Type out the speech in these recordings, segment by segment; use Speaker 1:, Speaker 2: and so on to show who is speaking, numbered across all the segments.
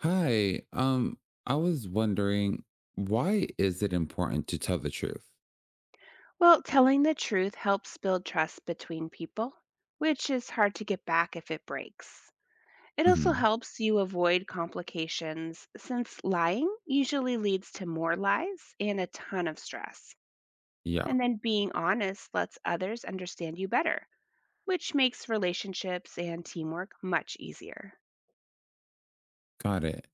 Speaker 1: Hi. I was wondering, why is it important to tell the truth?
Speaker 2: Well, telling the truth helps build trust between people, which is hard to get back if it breaks. It also
Speaker 1: Hmm.
Speaker 2: helps you avoid complications since lying usually leads to more lies and a ton of stress.
Speaker 1: Yeah,
Speaker 2: And then being honest lets others understand you better, which makes relationships and teamwork much easier.
Speaker 1: got it.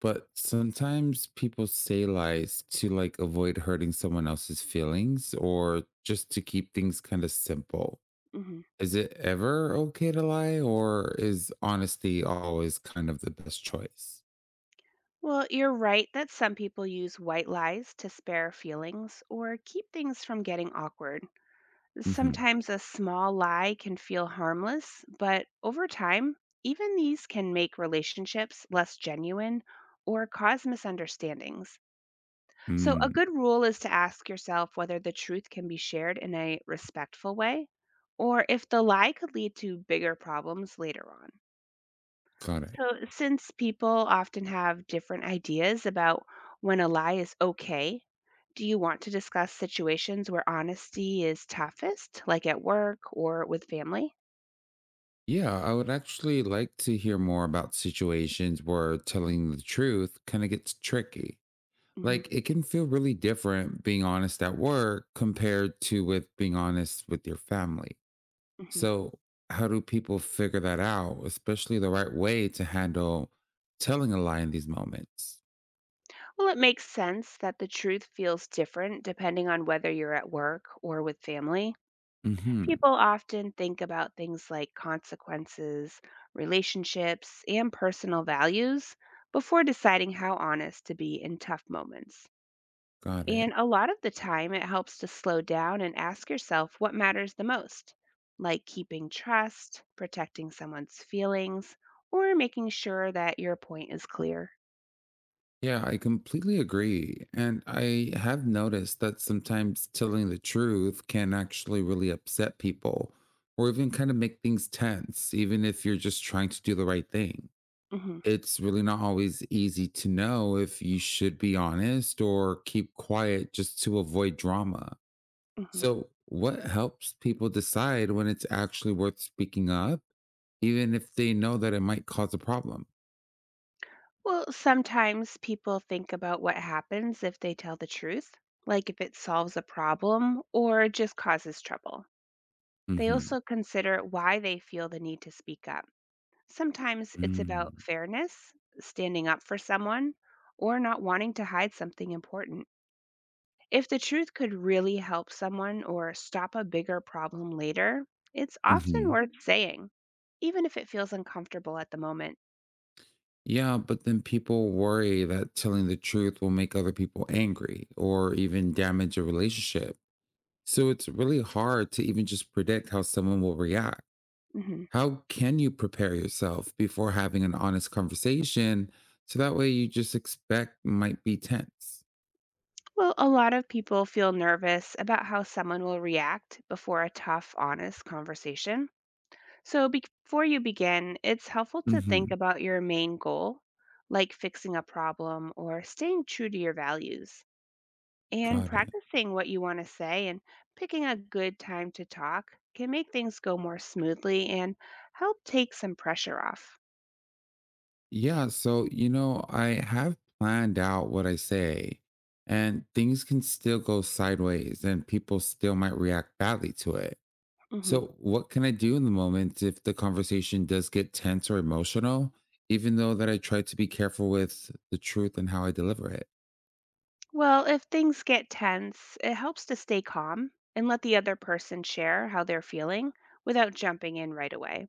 Speaker 1: But sometimes people say lies to like avoid hurting someone else's feelings or just to keep things kind of simple.
Speaker 2: Mhm.
Speaker 1: Is it ever okay to lie or is honesty always kind of the best choice?
Speaker 2: Well, you're right that some people use white lies to spare feelings or keep things from getting awkward.
Speaker 1: Hmm.
Speaker 2: Sometimes a small lie can feel harmless, but over time, even these can make relationships less genuine or cause misunderstandings. So, a
Speaker 1: Mm.
Speaker 2: good rule is to ask yourself whether the truth can be shared in a respectful way or if the lie could lead to bigger problems later on.
Speaker 1: Got it.
Speaker 2: So, since people often have different ideas about when a lie is okay, do you want to discuss situations where honesty is toughest, like at work or with family?
Speaker 1: Yeah, I would actually like to hear more about situations where telling the truth kind of gets tricky.
Speaker 2: hmm
Speaker 1: Like it can feel really different being honest at work compared to with being honest with your family.
Speaker 2: hmm
Speaker 1: So, how do people figure that out, especially the right way to handle telling a lie in these moments?
Speaker 2: Well, it makes sense that the truth feels different depending on whether you're at work or with family.
Speaker 1: Mhm.
Speaker 2: People often think about things like consequences, relationships, and personal values before deciding how honest to be in tough moments.
Speaker 1: Got it.
Speaker 2: And a lot of the time, it helps to slow down and ask yourself what matters the most, like keeping trust, protecting someone's feelings, or making sure that your point is clear.
Speaker 1: Yeah, I completely agree. And I have noticed that sometimes telling the truth can actually really upset people or even kind of make things tense, even if you're just trying to do the right thing.
Speaker 2: hmm
Speaker 1: It's really not always easy to know if you should be honest or keep quiet just to avoid drama.
Speaker 2: hmm
Speaker 1: So, what helps people decide when it's actually worth speaking up, even if they know that it might cause a problem?
Speaker 2: Well, sometimes people think about what happens if they tell the truth, like if it solves a problem or just causes trouble. They
Speaker 1: Hmm.
Speaker 2: also consider why they feel the need to speak up. Sometimes it's about fairness, standing up for someone, or not wanting to hide something important. If the truth could really help someone or stop a bigger problem later, it's often
Speaker 1: Mm-hmm.
Speaker 2: worth saying, even if it feels uncomfortable at the moment.
Speaker 1: Yeah, but then people worry that telling the truth will make other people angry or even damage a relationship. So, it's really hard to even just predict how someone will react.
Speaker 2: Mhm.
Speaker 1: How can you prepare yourself before having an honest conversation so that way you just expect might be tense?
Speaker 2: Well, a lot of people feel nervous about how someone will react before a tough, honest conversation. So, before you begin, it's helpful to think
Speaker 1: Hmm.
Speaker 2: about your main goal, like fixing a problem or staying true to your values. And
Speaker 1: Got it.
Speaker 2: practicing what you want to say and picking a good time to talk can make things go more smoothly and help take some pressure off.
Speaker 1: Yeah. So, I have planned out what I say, and things can still go sideways and people still might react badly to it.
Speaker 2: Mhm.
Speaker 1: So, what can I do in the moment if the conversation does get tense or emotional, even though that I try to be careful with the truth and how I deliver it?
Speaker 2: Well, if things get tense, it helps to stay calm and let the other person share how they're feeling without jumping in right away.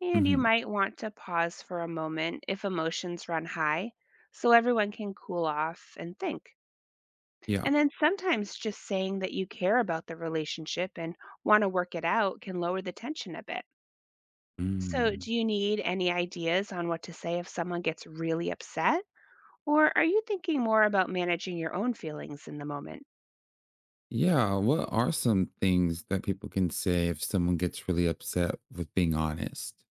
Speaker 2: And you
Speaker 1: Hmm.
Speaker 2: might want to pause for a moment if emotions run high so everyone can cool off and think.
Speaker 1: Yeah.
Speaker 2: And then sometimes just saying that you care about the relationship and want to work it out can lower the tension a bit. So, do you need any ideas on what to say if someone gets really upset? Or are you thinking more about managing your own feelings in the moment?
Speaker 1: Yeah, what are some things that people can say if someone gets really upset with being honest?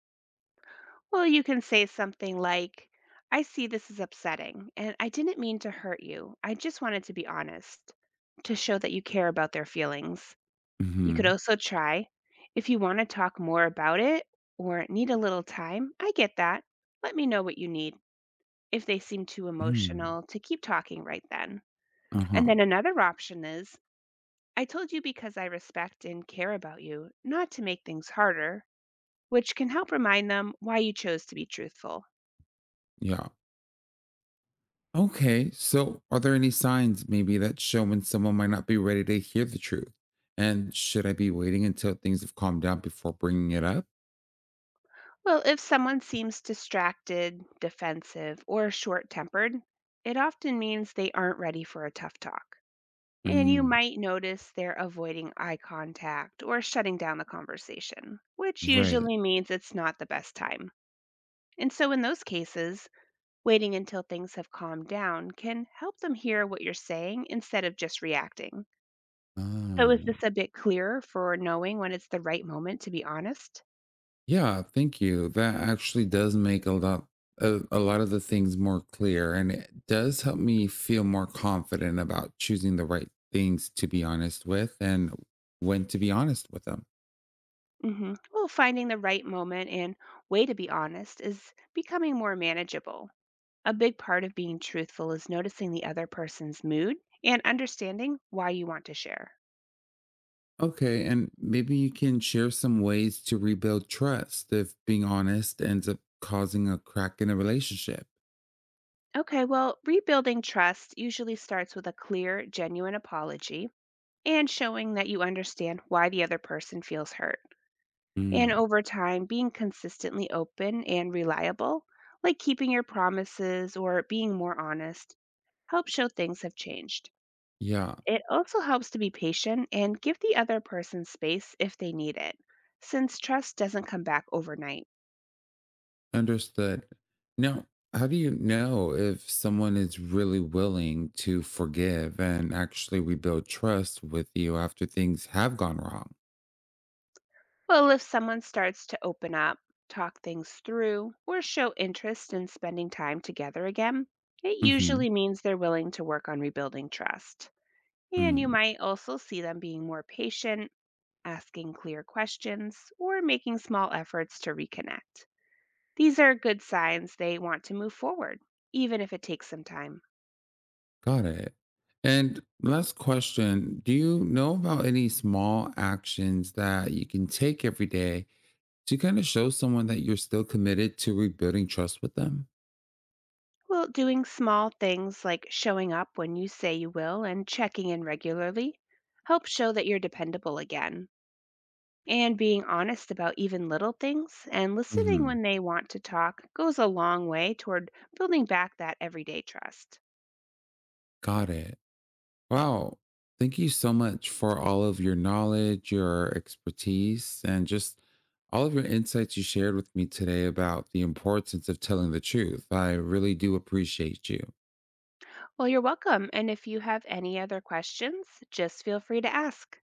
Speaker 2: Well, you can say something like, "I see this is upsetting, and I didn't mean to hurt you. I just wanted to be honest," to show that you care about their feelings. You could
Speaker 1: Mm-hmm.
Speaker 2: also try, "If you want to talk more about it or need a little time, I get that. Let me know what you need," if they seem too
Speaker 1: Mm.
Speaker 2: emotional to keep talking right then. And
Speaker 1: Uh-huh.
Speaker 2: then another option is, "I told you because I respect and care about you, not to make things harder," which can help remind them why you chose to be truthful.
Speaker 1: Yeah. Okay. So are there any signs maybe that show when someone might not be ready to hear the truth? And should I be waiting until things have calmed down before bringing it up?
Speaker 2: Well, if someone seems distracted, defensive, or short tempered, it often means they aren't ready for a tough talk. And you
Speaker 1: Mm.
Speaker 2: might notice they're avoiding eye contact or shutting down the conversation, which
Speaker 1: Right.
Speaker 2: usually means it's not the best time. And so, in those cases, waiting until things have calmed down can help them hear what you're saying instead of just reacting. So, is
Speaker 1: Ah.
Speaker 2: this a bit clearer for knowing when it's the right moment to be honest?
Speaker 1: Yeah, thank you. That actually does make a lot of the things more clear and it does help me feel more confident about choosing the right things to be honest with and when to be honest with them.
Speaker 2: Well, finding the right moment and way to be honest is becoming more manageable. A big part of being truthful is noticing the other person's mood and understanding why you want to share.
Speaker 1: Okay, and maybe you can share some ways to rebuild trust if being honest ends up causing a crack in a relationship.
Speaker 2: Okay, well, rebuilding trust usually starts with a clear, genuine apology and showing that you understand why the other person feels hurt. And
Speaker 1: Mm.
Speaker 2: over time, being consistently open and reliable, like keeping your promises or being more honest, helps show things have changed.
Speaker 1: Yeah.
Speaker 2: It also helps to be patient and give the other person space if they need it, since trust doesn't come back overnight.
Speaker 1: Understood. Now, how do you know if someone is really willing to forgive and actually rebuild trust with you after things have gone wrong?
Speaker 2: Well, if someone starts to open up, talk things through, or show interest in spending time together again, it
Speaker 1: Hmm.
Speaker 2: usually means they're willing to work on rebuilding trust. And you
Speaker 1: Mm.
Speaker 2: might also see them being more patient, asking clear questions, or making small efforts to reconnect. These are good signs they want to move forward, even if it takes some time.
Speaker 1: Got it. And last question, do you know about any small actions that you can take every day to kind of show someone that you're still committed to rebuilding trust with them?
Speaker 2: Well, doing small things like showing up when you say you will and checking in regularly helps show that you're dependable again. And being honest about even little things and listening
Speaker 1: Hmm.
Speaker 2: when they want to talk goes a long way toward building back that everyday trust.
Speaker 1: Got it. Wow. Thank you so much for all of your knowledge, your expertise, and just all of your insights you shared with me today about the importance of telling the truth. I really do appreciate you.
Speaker 2: Well, you're welcome. And if you have any other questions, just feel free to ask.